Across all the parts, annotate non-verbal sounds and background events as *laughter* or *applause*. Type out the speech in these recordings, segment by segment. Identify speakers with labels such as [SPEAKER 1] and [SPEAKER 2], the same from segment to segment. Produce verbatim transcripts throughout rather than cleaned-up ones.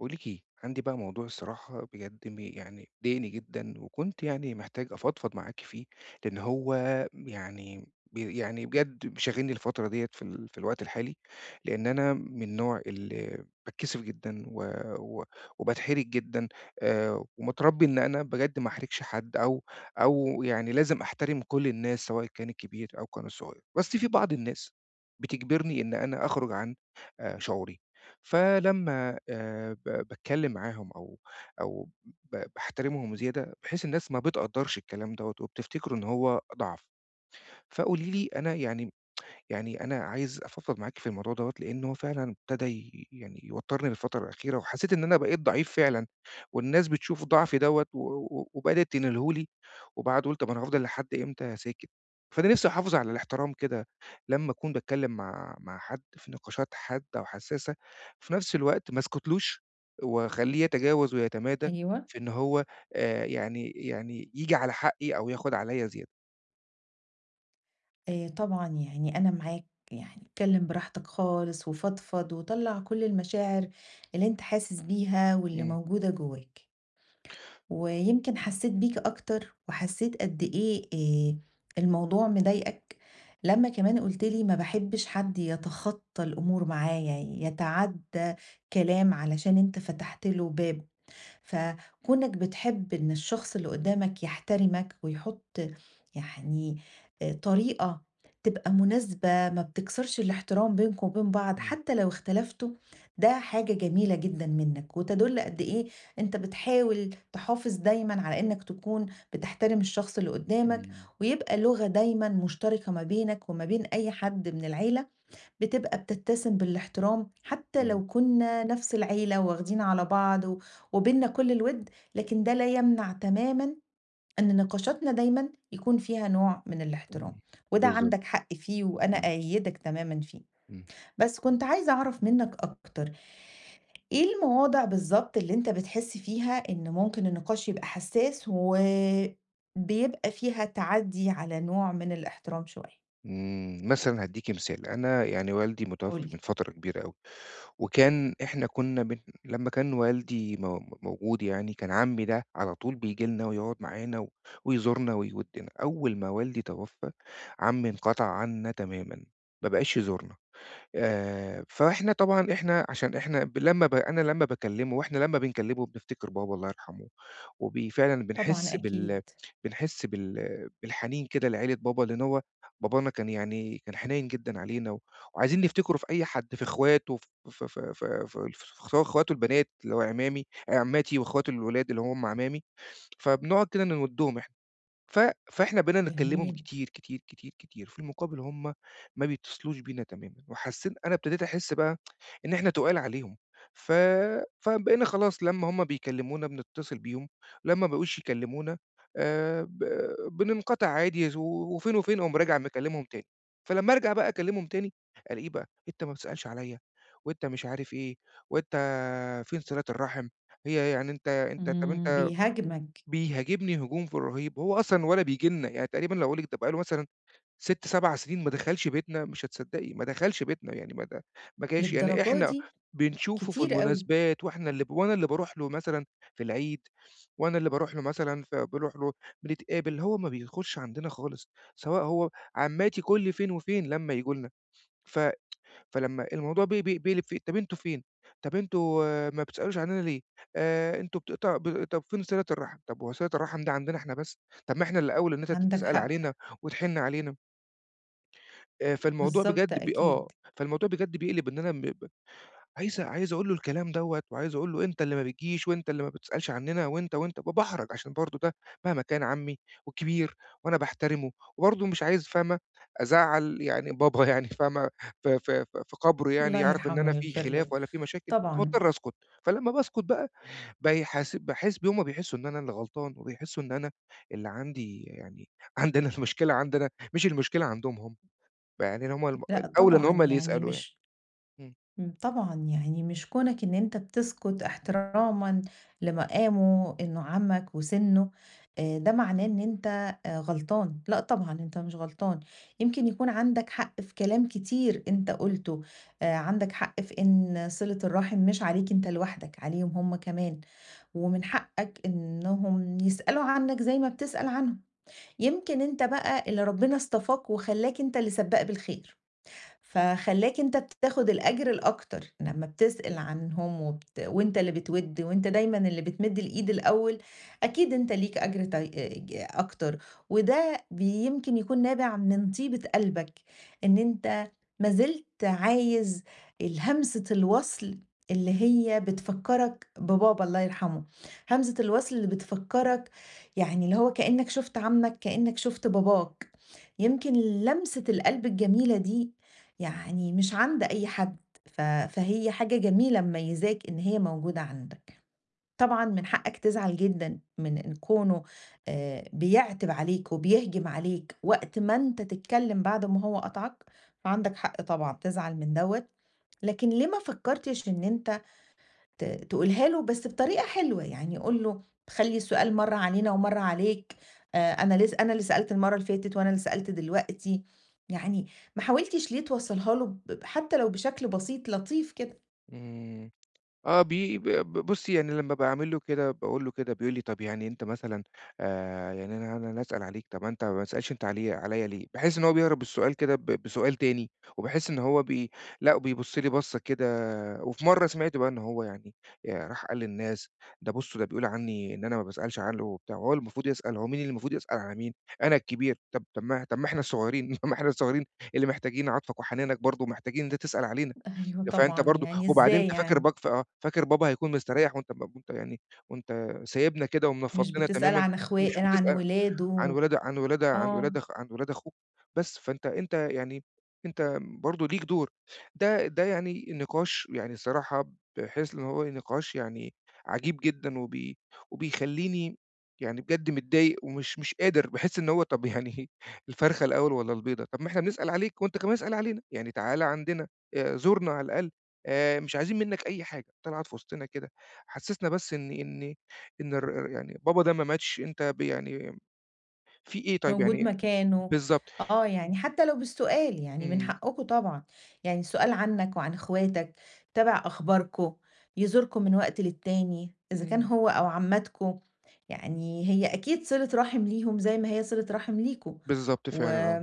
[SPEAKER 1] باقول لِك إيه، عندي بقى موضوع الصراحة بجد م يعني مضايقني جدًا، وكنت يعني محتاج أفضفض معاكِ فيه، لإن هو يعني ب يعني بجد شاغلني الفترة ديّة في ال في الوقت الحالي، لإن أنا من النوع اللي باتكسف جدًا و و وباتحرج جدًا، آآ ومتربي إن أنا بجد ما أحرجش حد أو أو يعني لازم أحترم كل الناس سواء كان الكبير أو كان الصغير، بس في بعض الناس بتجبرني إن أنا أخرج عن آآ شعوري. فلمّا آآ ب باتكلّم معاهم أو أو ب باحترمهم زيادة، بحيث الناس ما بتقدّرش الكلام دوّة وبتفتكره إن هو ضعف. فقولي لي أنا يعني يعني، أنا عايز أفضفض معاكِ في الموضوع دوّة، لإن هو فعلًا ابتدى ي يعني يوتّرني الفترة الأخيرة، وحسيت إن أنا بقيت ضعيف فعلًا، والناس بتشوف ضعفي دوّة و و وبدأت تناله لي، وبعد قُلت طب أنا هافضل لحد إمتى ساكت؟ فأنا نفسي أحافظ على الاحترام كده لمّا أكون باتكلم مع مع حد في نقاشات حادة وحساسة، في نفس الوقت ما اسكتلوش، واخليه يتجاوز ويتمادى
[SPEAKER 2] أيوه،
[SPEAKER 1] في إن هو آآ يعني يعني ييجي على حقي أو ياخد عليّا زيادة.
[SPEAKER 2] آآ طبعًا يعني أنا معاك، يعني اتكلّم براحتك خالص وفضفض وطلّع كل المشاعر اللي أنت حاسس بيها واللي
[SPEAKER 1] إمم.
[SPEAKER 2] موجودة جواك، ويمكن حسّيت بيك أكتر وحسّيت قد إيه آآ الموضوع مضايقك لمّا كمان قُلت لي ما باحبّش حد يتخطّى الأمور معايا، يتعدّى كلام علشان أنت فتحت له باب. فكونك بتحب إن الشخص اللي قدامك يحترمك ويحط يعني آآ طريقة تبقى مناسبة ما بتكسرش الاحترام بينكم وبين بعض
[SPEAKER 1] إمم،
[SPEAKER 2] حتى لو اختلفتوا، ده حاجة جميلة جدًا منك، وتدل قد إيه أنت بتحاول تحافظ دايمًا على إنك تكون بتحترم الشخص اللي قدامك،
[SPEAKER 1] إمم،
[SPEAKER 2] ويبقى لغة دايمًا مشتركة ما بينك وما بين أي حد من العيلة بتبقى بتتسم بالاحترام حتى
[SPEAKER 1] إمم.
[SPEAKER 2] لو كنا نفس العيلة واخدين على بعض و- وبينا كل الود لكن ده لا يمنع تماما أن نقاشاتنا دايما يكون فيها نوع من الاحترام
[SPEAKER 1] إمم،
[SPEAKER 2] وده
[SPEAKER 1] بالضبط،
[SPEAKER 2] عندك حق فيه وأنا
[SPEAKER 1] إمم،
[SPEAKER 2] أيدك تماما فيه.
[SPEAKER 1] إمم،
[SPEAKER 2] بس كنت عايزة أعرف منك أكتر إيه المواضع بالظبط اللي أنت بتحس فيها إن ممكن النقاش يبقى حساس وبيبقى فيها تعدي على نوع من الاحترام شوية.
[SPEAKER 1] إمم، مثلًا هادّيكِ مثال، أنا يعني والدي متوفّي من
[SPEAKER 2] قولي.
[SPEAKER 1] فترة كبيرة أوي، وكان إحنا كنّا بن لمّا كان والدي مو موجود يعني كان عمي ده على طول بييجي لنا ويقعد معانا و ويزورنا ويودّنا. أول ما والدي توفّى عمي انقطع عنا تمامًا، ما بقاش يزورنا. آآ، فإحنا طبعًا إحنا عشان إحنا ب لمّا ب أنا لمّا باكلّمه وإحنا لمّا بنكلّمه بنفتكر بابا الله يرحمه، وب فعلًا
[SPEAKER 2] طبعا
[SPEAKER 1] بنحس
[SPEAKER 2] أكيد.
[SPEAKER 1] بال بنحس بال بالحنين كده لعيلة بابا، لإن هو بابانا كان يعني كان حنين جدًا علينا و وعايزين نفتكره في أي حد، في إخواته ف ف ف ف ف سواء إخواته البنات اللي هو عمامي عماتي وإخواته الولاد اللي هم عمامي، فبنقعد كده نودّهم إحنا. ف فإحنا بقينا نكلّمهم
[SPEAKER 2] جميل.
[SPEAKER 1] كتير، كتير، كتير، كتير، في المقابل هم ما بيتصلوش بينا تمامًا، وحسّيت أنا ابتديت أحس بقى إن إحنا تُقال عليهم. ف فبقينا خلاص لمّا هم بيكلّمونا بنتصل بيهم، لمّا ما بقوش يكلّمونا آآ ب بننقطع عادي ز وفين وفين أقوم راجع مكلّمهم تاني. فلمّا أرجع بقى أكلّمهم تاني ألاقيه بقى أنت ما بتسألش عليّا، وأنت مش عارف إيه، وأنت فين صِلة الرحم، هي يعني أنت أنت طَب
[SPEAKER 2] إمم،
[SPEAKER 1] أنت
[SPEAKER 2] بيهاجمك
[SPEAKER 1] بيهاجمني هجوم في الرهيب. هو أصلًا ولا بييجي لنا، يعني تقريبًا لو أقول لِك ده بقى له مثلًا ست، سبع سنين ما دخلش بيتنا مش هتصدقي، ما دخلش بيتنا يعني ما د ما جاش. يعني
[SPEAKER 2] للدرجة
[SPEAKER 1] إحنا
[SPEAKER 2] دي!
[SPEAKER 1] بنشوفه في
[SPEAKER 2] كتير أوي.
[SPEAKER 1] المناسبات وإحنا اللي ب وأنا اللي باروح له مثلًا في العيد، وأنا اللي باروح له مثلًا فبنروح له بنتقابل، هو ما بيخش عندنا خالص، سواء هو عمّاتي كل فين وفين لمّا ييجوا لنا. ف فلمّا الموضوع بي بي بيقلب في طَب أنتم فين؟ طَب أنتم ما بتسألوش عنّنا ليه؟ آآ أنتم بتقطع ب طَب فين صلة الرحم؟ طَب هو صلة الرحم ده عندنا إحنا بس؟ طَب ما إحنا اللي أولى إن أنت ت
[SPEAKER 2] عندك
[SPEAKER 1] تسأل
[SPEAKER 2] حق.
[SPEAKER 1] علينا وتحِن علينا. آآ فالموضوع
[SPEAKER 2] بالضبط
[SPEAKER 1] بجد بي آه،
[SPEAKER 2] أكيد.
[SPEAKER 1] فالموضوع بجد بيقلب إن أنا م ب عايز عايز أقول له الكلام دوّة، وعايز أقول له أنت اللي ما بتجيش، وأنت اللي ما بتسألش عننا، وأنت، وأنت، باباحرج عشان برضه ده مهما كان عمي وكبير وأنا باحترمه، وبرضه مش عايز فاهمة، أزعّل يعني بابا *laughs* يعني فاهمة، في في في في قبره يعني
[SPEAKER 2] الله
[SPEAKER 1] يعرف إن
[SPEAKER 2] يرحمه
[SPEAKER 1] أنا في
[SPEAKER 2] ويغفر له،
[SPEAKER 1] خلاف ولا في مشاكل،
[SPEAKER 2] طبعًا.
[SPEAKER 1] فباضطر أسكت. فلمّا باسكت بقى بيحاس باحس بيهم بيحسوا إن أنا اللي غلطان، وبيحسوا إن أنا اللي عندي يعني *laughs* عندي أنا المشكلة عندي أنا، مش المشكلة عندهم هم، يعني إن هم الم
[SPEAKER 2] لأ
[SPEAKER 1] الأولى إن
[SPEAKER 2] طبعًا،
[SPEAKER 1] هم اللي
[SPEAKER 2] يعني
[SPEAKER 1] يسألوا يعني.
[SPEAKER 2] مش
[SPEAKER 1] إمم.
[SPEAKER 2] إمم، طبعًا، يعني مش كونك إن أنت بتسكت احترامًا لمقامه، إنه عمك وسنه، آآ، ده معناه إن أنت آآ، غلطان، لأ طبعًا أنت مش غلطان. يمكن يكون عندك حق في كلام كتير أنت قُلته، آآ، عندك حق في إن صلة الرحم مش عليك أنت لوحدك، عليهم هم كمان، ومن حقك إنهم يسألوا عنك زي ما بتسأل عنهم. يمكن أنت بقى اللي ربنا اصطفاك وخلّاك أنت اللي سبّاق بالخير. فخلّاك أنت بتاخد الأجر الأكتر، لمّا بتسأل عنهم وبت وأنت اللي بتوِد وأنت دايمًا اللي بتمِد الإيد الأول، أكيد أنت ليك أجر طي ج أكتر، وده بي يمكن يكون نابع من طيبة قلبك، إن أنت ما زلت عايز ال همسة الوصل اللي هي بتفكّرك ببابا الله يرحمه، همزة الوصل اللي بتفكّرك يعني اللي هو كإنّك شُفت عمّك، كإنّك شُفت باباك، يمكن لمسة القلب الجميلة دي يعني مش عند أي حد، ف فهي حاجة جميلة مميزاك إن هي موجودة عندك. طبعًا من حقك تزعل جدًا من إن كونه آآ بيعتب عليك وبيهجم عليك وقت ما أنت تتكلم بعد ما هو قطعك، فعندك حق طبعًا تزعل من دوّة، لكن ليه ما فكرتش إن أنت ت تقولها له بس بطريقة حلوة، يعني قُل له خلّي السؤال مرّة علينا ومرّة عليك، آآ أنا لس أنا اللي سألت المرّة اللي فاتت وأنا اللي سألت دلوقتي، يعني ما حاولتيش ليه توصّليها له ب حتى لو بشكل بسيط لطيف كده؟
[SPEAKER 1] إمم. آه بي ب ب بُصّي، يعني لمّا باعمل له كده باقول له كده بيقول لي: "طَب يعني أنت مثلًا آآ يعني أنا أنا أنا أسأل عليك، طَب أنت ما تسألش أنت عليه عليّا ليه؟" باحس إن هو بيهرب السؤال كده ب بسؤال تاني، وباحس إن هو بي لأ، بيبُص لي بَصّة كده. وفي مرّة سمعت بقى إن هو يعني آآ راح قال للناس: "ده بُصّوا ده بيقول عني إن أنا ما باسألش عنّه وبتاع." هو المفروض يسأل، هو مين اللي المفروض يسأل على مين؟ أنا الكبير، طَب طَب ما طَب ما إحنا الصغيرين، *laughs* ما إحنا الصغيرين اللي محتاجين عطفك وحنانك برضه ومحتاجين إن أنت تسأل علينا.
[SPEAKER 2] أيوه
[SPEAKER 1] فأنت
[SPEAKER 2] طبعًا،
[SPEAKER 1] برضه
[SPEAKER 2] يعني
[SPEAKER 1] وبعدين
[SPEAKER 2] إزاي
[SPEAKER 1] أنت فاكر
[SPEAKER 2] يعني؟
[SPEAKER 1] باك ف آه، فاكر بابا هيكون مستريّح وأنت ب وأنت يعني وأنت سايبنا كده
[SPEAKER 2] مش
[SPEAKER 1] ومنفّضنا
[SPEAKER 2] بتسأل
[SPEAKER 1] تمامًا
[SPEAKER 2] عن
[SPEAKER 1] ومش
[SPEAKER 2] أخوا عن
[SPEAKER 1] بتسأل عن
[SPEAKER 2] ولاده.
[SPEAKER 1] ولاد عن ولاد عن
[SPEAKER 2] آه.
[SPEAKER 1] ولاد أخ عن ولاد أخوك بس. فأنت أنت يعني أنت برضه ليك دور. ده ده يعني نقاش، يعني الصراحة باحس إن هو نقاش يعني عجيب جدًا وبي وبيخلّيني يعني بجد متضايق ومش مش قادر. باحس إن هو طب يعني *laughs* الفرخة الأول والّا البيضة؟ طب ما إحنا بنسأل عليك وأنت كمان اسأل علينا، يعني تعالَ عندنا، آآ زورنا على الأقل، آآ مش عايزين منّك أي حاجة، أنت اللي قاعد في وسطنا كده، حسّسنا بس إن إن إن الر يعني بابا ده ما ماتش، أنت ب يعني في إيه طيب
[SPEAKER 2] موجود
[SPEAKER 1] يعني
[SPEAKER 2] مكانه.
[SPEAKER 1] بالضبط،
[SPEAKER 2] آه، يعني حتى لو بالسؤال، يعني من
[SPEAKER 1] إمم،
[SPEAKER 2] حقكم طبعًا، يعني سؤال عنك وعن اخواتك، يتابع أخباركم، يزوركم من وقت للتاني، إذا كان
[SPEAKER 1] إمم.
[SPEAKER 2] هو أو عماتكم، يعني هي أكيد صِلة رحم ليهم زي ما هي صِلة رحم ليكم،
[SPEAKER 1] بالضبط
[SPEAKER 2] و
[SPEAKER 1] فعلًا آه،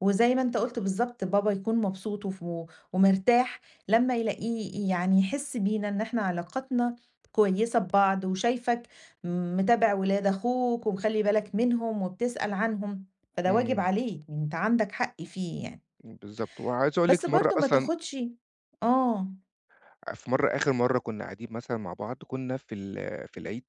[SPEAKER 2] وزي ما أنت قُلت بالضبط بابا يكون مبسوط وف ومرتاح لمّا يلاقيه يعني يحس بينا إن إحنا علاقتنا كويسة ببعض وشايفك متابع ولاد أخوك ومخلّي بالك منهم وبتسأل عنهم، فده واجب
[SPEAKER 1] إمم،
[SPEAKER 2] عليك، يعني أنت عندك حق فيه يعني.
[SPEAKER 1] إمم، بالضبط، وعايز أقول لِك
[SPEAKER 2] بس
[SPEAKER 1] في مرّة
[SPEAKER 2] برضه ما
[SPEAKER 1] أصلًا
[SPEAKER 2] تاخدش. آه،
[SPEAKER 1] في مرة آخر مرة كنا قاعدين مثلًا مع بعض كنا في ال في العيد،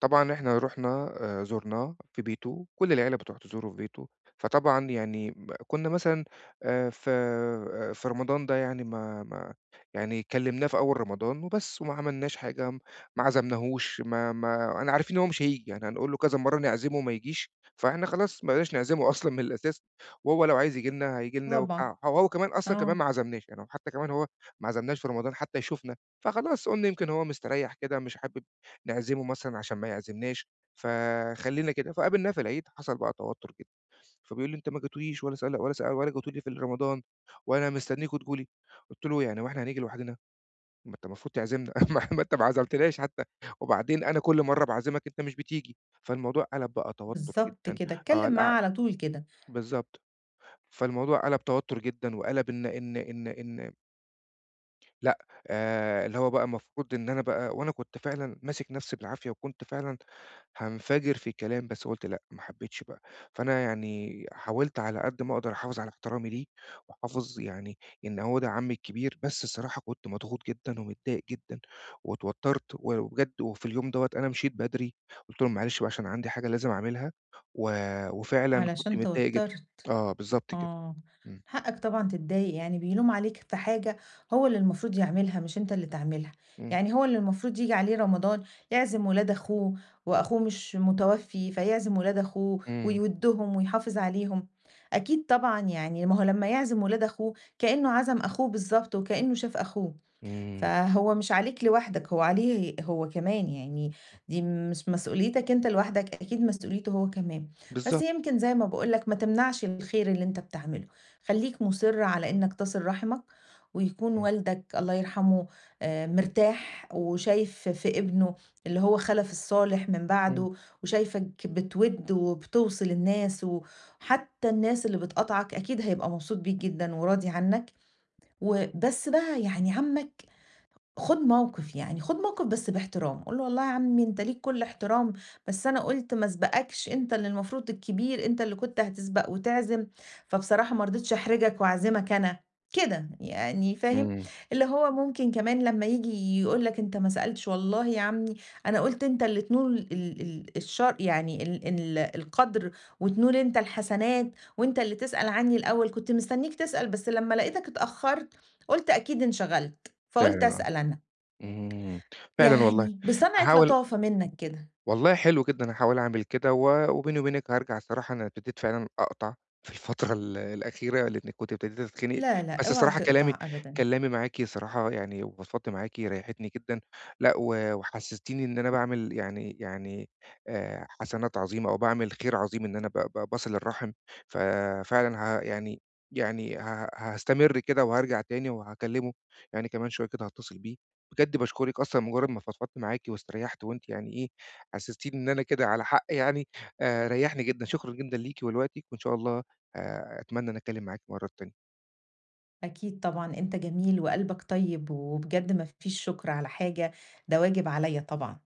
[SPEAKER 1] طبعًا إحنا رُحنا آآ زُرناه في بيته، كل العيلة بتروح تزوره في بيته، فطبعًا يعني م كنا مثلًا آآ في آه، في رمضان ده يعني ما ما يعني كلّمناه في أول رمضان وبس وما عملناش حاجة، م- ما عزمناهوش ما ما أنا عارفين إن هو مش هييجي، يعني هنقول له كذا مرّة نعزمه وما يجيش، فإحنا خلاص ما بقيناش نعزمه أصلًا من الأساس، وهو لو عايز ييجي لنا هييجي لنا
[SPEAKER 2] طبعًا.
[SPEAKER 1] وبتاع، هو هو كمان أصلًا كمان
[SPEAKER 2] آه،
[SPEAKER 1] ما عزمناش، يعني هو حتى كمان هو ما عزمناش في رمضان حتى يشوفنا. فخلاص قُلنا يمكن هو مستريّح كده مش حابب نعزمه مثلًا عشان ما يعزمناش، فخلّينا كده، فقابلناه في العيد حصل بقى توتر جدًا، فبيقول لي: "أنت ما جيتوليش ولا سأل ولا س ولا جيتوا لي في رمضان وأنا مستنيكم تيجوا لي." قُلت له: "يعني هو إحنا هنيجي لوحدنا؟ ما أنت المفروض تعزمنا *laughs* ما ما أنت ما عزمتناش حتى، وبعدين أنا كل مرّة باعزمك أنت مش بتيجي." فالموضوع قلب بقى توتر
[SPEAKER 2] بالضبط
[SPEAKER 1] جدًا،
[SPEAKER 2] كده،
[SPEAKER 1] آه
[SPEAKER 2] اتكلّم
[SPEAKER 1] القع
[SPEAKER 2] معاه على طول كده
[SPEAKER 1] بالضبط. فالموضوع قلب توتر جدًا وقلب إن إن إن إن لأ، آآ اللي هو بقى المفروض إن أنا بقى وأنا كنت فعلًا ماسك نَفْسي بالعافية وكنت فعلًا هانفجر في كلام، بس قُلت لأ، ما حبيتش بقى. فأنا يعني حاولت على قد ما أقدر أحافظ على احترامي ليه وأحافظ يعني إن هو ده عمي الكبير، بس الصراحة كنت مضغوط جدًا ومتضايق جدًا واتوتّرت و وبجد وفي اليوم دوّة أنا مشيت بدري، قُلت لهم: "معلش بقى عشان عندي حاجة لازم أعملها." و وفعلًا كنت
[SPEAKER 2] علشان
[SPEAKER 1] متضايق جدًا.
[SPEAKER 2] توتّرت.
[SPEAKER 1] آه، بالضبط كده.
[SPEAKER 2] آه،
[SPEAKER 1] إمم.
[SPEAKER 2] حقك طبعًا تتضايق، يعني بيلوم عليك في حاجة هو اللي المفروض يعملها مش أنت اللي تعملها،
[SPEAKER 1] إمم.
[SPEAKER 2] يعني هو اللي المفروض ييجي عليه رمضان يعزم ولاد أخوه وأخوه مش متوفي، فيعزم ولاد أخوه
[SPEAKER 1] إمم.
[SPEAKER 2] ويودّهم ويحافظ عليهم، أكيد طبعًا يعني ما هو لمّا يعزم ولاد أخوه كأنه عزم أخوه بالضبط وكأنه شاف أخوه.
[SPEAKER 1] إمم.
[SPEAKER 2] فهو مش عليك لوحدك، هو عليه هو كمان، يعني دي مش مسؤوليتك أنت لوحدك، أكيد مسؤوليته هو كمان. بس
[SPEAKER 1] بالضبط.
[SPEAKER 2] يمكن زي ما باقول لك ما تمنعش الخير اللي أنت بتعمله، خلّيك مُصِر على إنك تصل رحمك، ويكون
[SPEAKER 1] إمم.
[SPEAKER 2] والدك الله يرحمه آآ مرتاح وشايف في ابنه اللي هو خَلَف الصالح من
[SPEAKER 1] إمم.
[SPEAKER 2] بعده، وشايفك بتوِد وبتوصِل الناس، وحتى الناس اللي بتقاطعك أكيد هيبقى مبسوط بيك جدًا وراضي عنك، وبس بقى يعني عمّك خُد موقِف يعني، خُد موقِف بس باحترام، قُل له: "والله يا عمي أنت ليك كل احترام، بس أنا قُلت ما اسبقكش، أنت اللي المفروض الكبير، أنت اللي كنت هتسبق وتعزم، فبصراحة ما رضيتش أحرجك وأعزمك أنا." كده، يعني فاهم؟
[SPEAKER 1] إمم،
[SPEAKER 2] اللي هو ممكن كمان لمّا ييجي يقول لك: "أنت ما سألتش." "والله يا عمي أنا قُلت أنت اللي تنول ال ال الشر يعني ال ال القدْر وتنول أنت الحسنات وأنت اللي تسأل عني الأول، كنت مستنّيك تسأل، بس لمّا لقيتك اتأخّرت قُلت أكيد انشغلت، فقُلت
[SPEAKER 1] فعلًا آه،
[SPEAKER 2] أسأل أنا."
[SPEAKER 1] إمم، فعلًا والله،
[SPEAKER 2] يعني بصنعة
[SPEAKER 1] هاحاول
[SPEAKER 2] لطافة منّك كده.
[SPEAKER 1] والله حلو جدًا، هاحاول أعمل كده، و وبيني وبينِك هارجع الصراحة. أنا ابتديت فعلًا أقطع في الفترة ال *laughs* الأخيرة، لإني كنت ابتديت أتخنق.
[SPEAKER 2] لا، لأ،
[SPEAKER 1] بس
[SPEAKER 2] اوعى
[SPEAKER 1] الصراحة كلامي
[SPEAKER 2] تقطع أبدًا.
[SPEAKER 1] كلامي معاكِ صراحة يعني وفضفضت معاكِ ريحتني جدًا، لأ و وحسستيني إن أنا باعمل يعني يعني آآ حسنات عظيمة أو باعمل خير عظيم إن أنا ب ب باصل الرحم، ففعلًا ه يعني يعني ه هاستمر كده وهارجع تاني وهاكلمه، يعني كمان شوية كده هاتصل بيه. بجد باشكرِك أصلًا مجرد ما فضفضت معاكِ واستريحت وأنتِ يعني إيه حسستيني إن أنا كده على حق يعني، آآ ريّحني جدًا، شكرًا جدًا ليكِ ولوقتِك، وإن شاء الله آآ أتمنى إن أنا أتكلم معاكِ مرّة تانية.
[SPEAKER 2] أكيد طبعًا أنت جميل وقلبك طيب، وبجد ما فيش شُكر على حاجة، ده واجب عليّا طبعًا.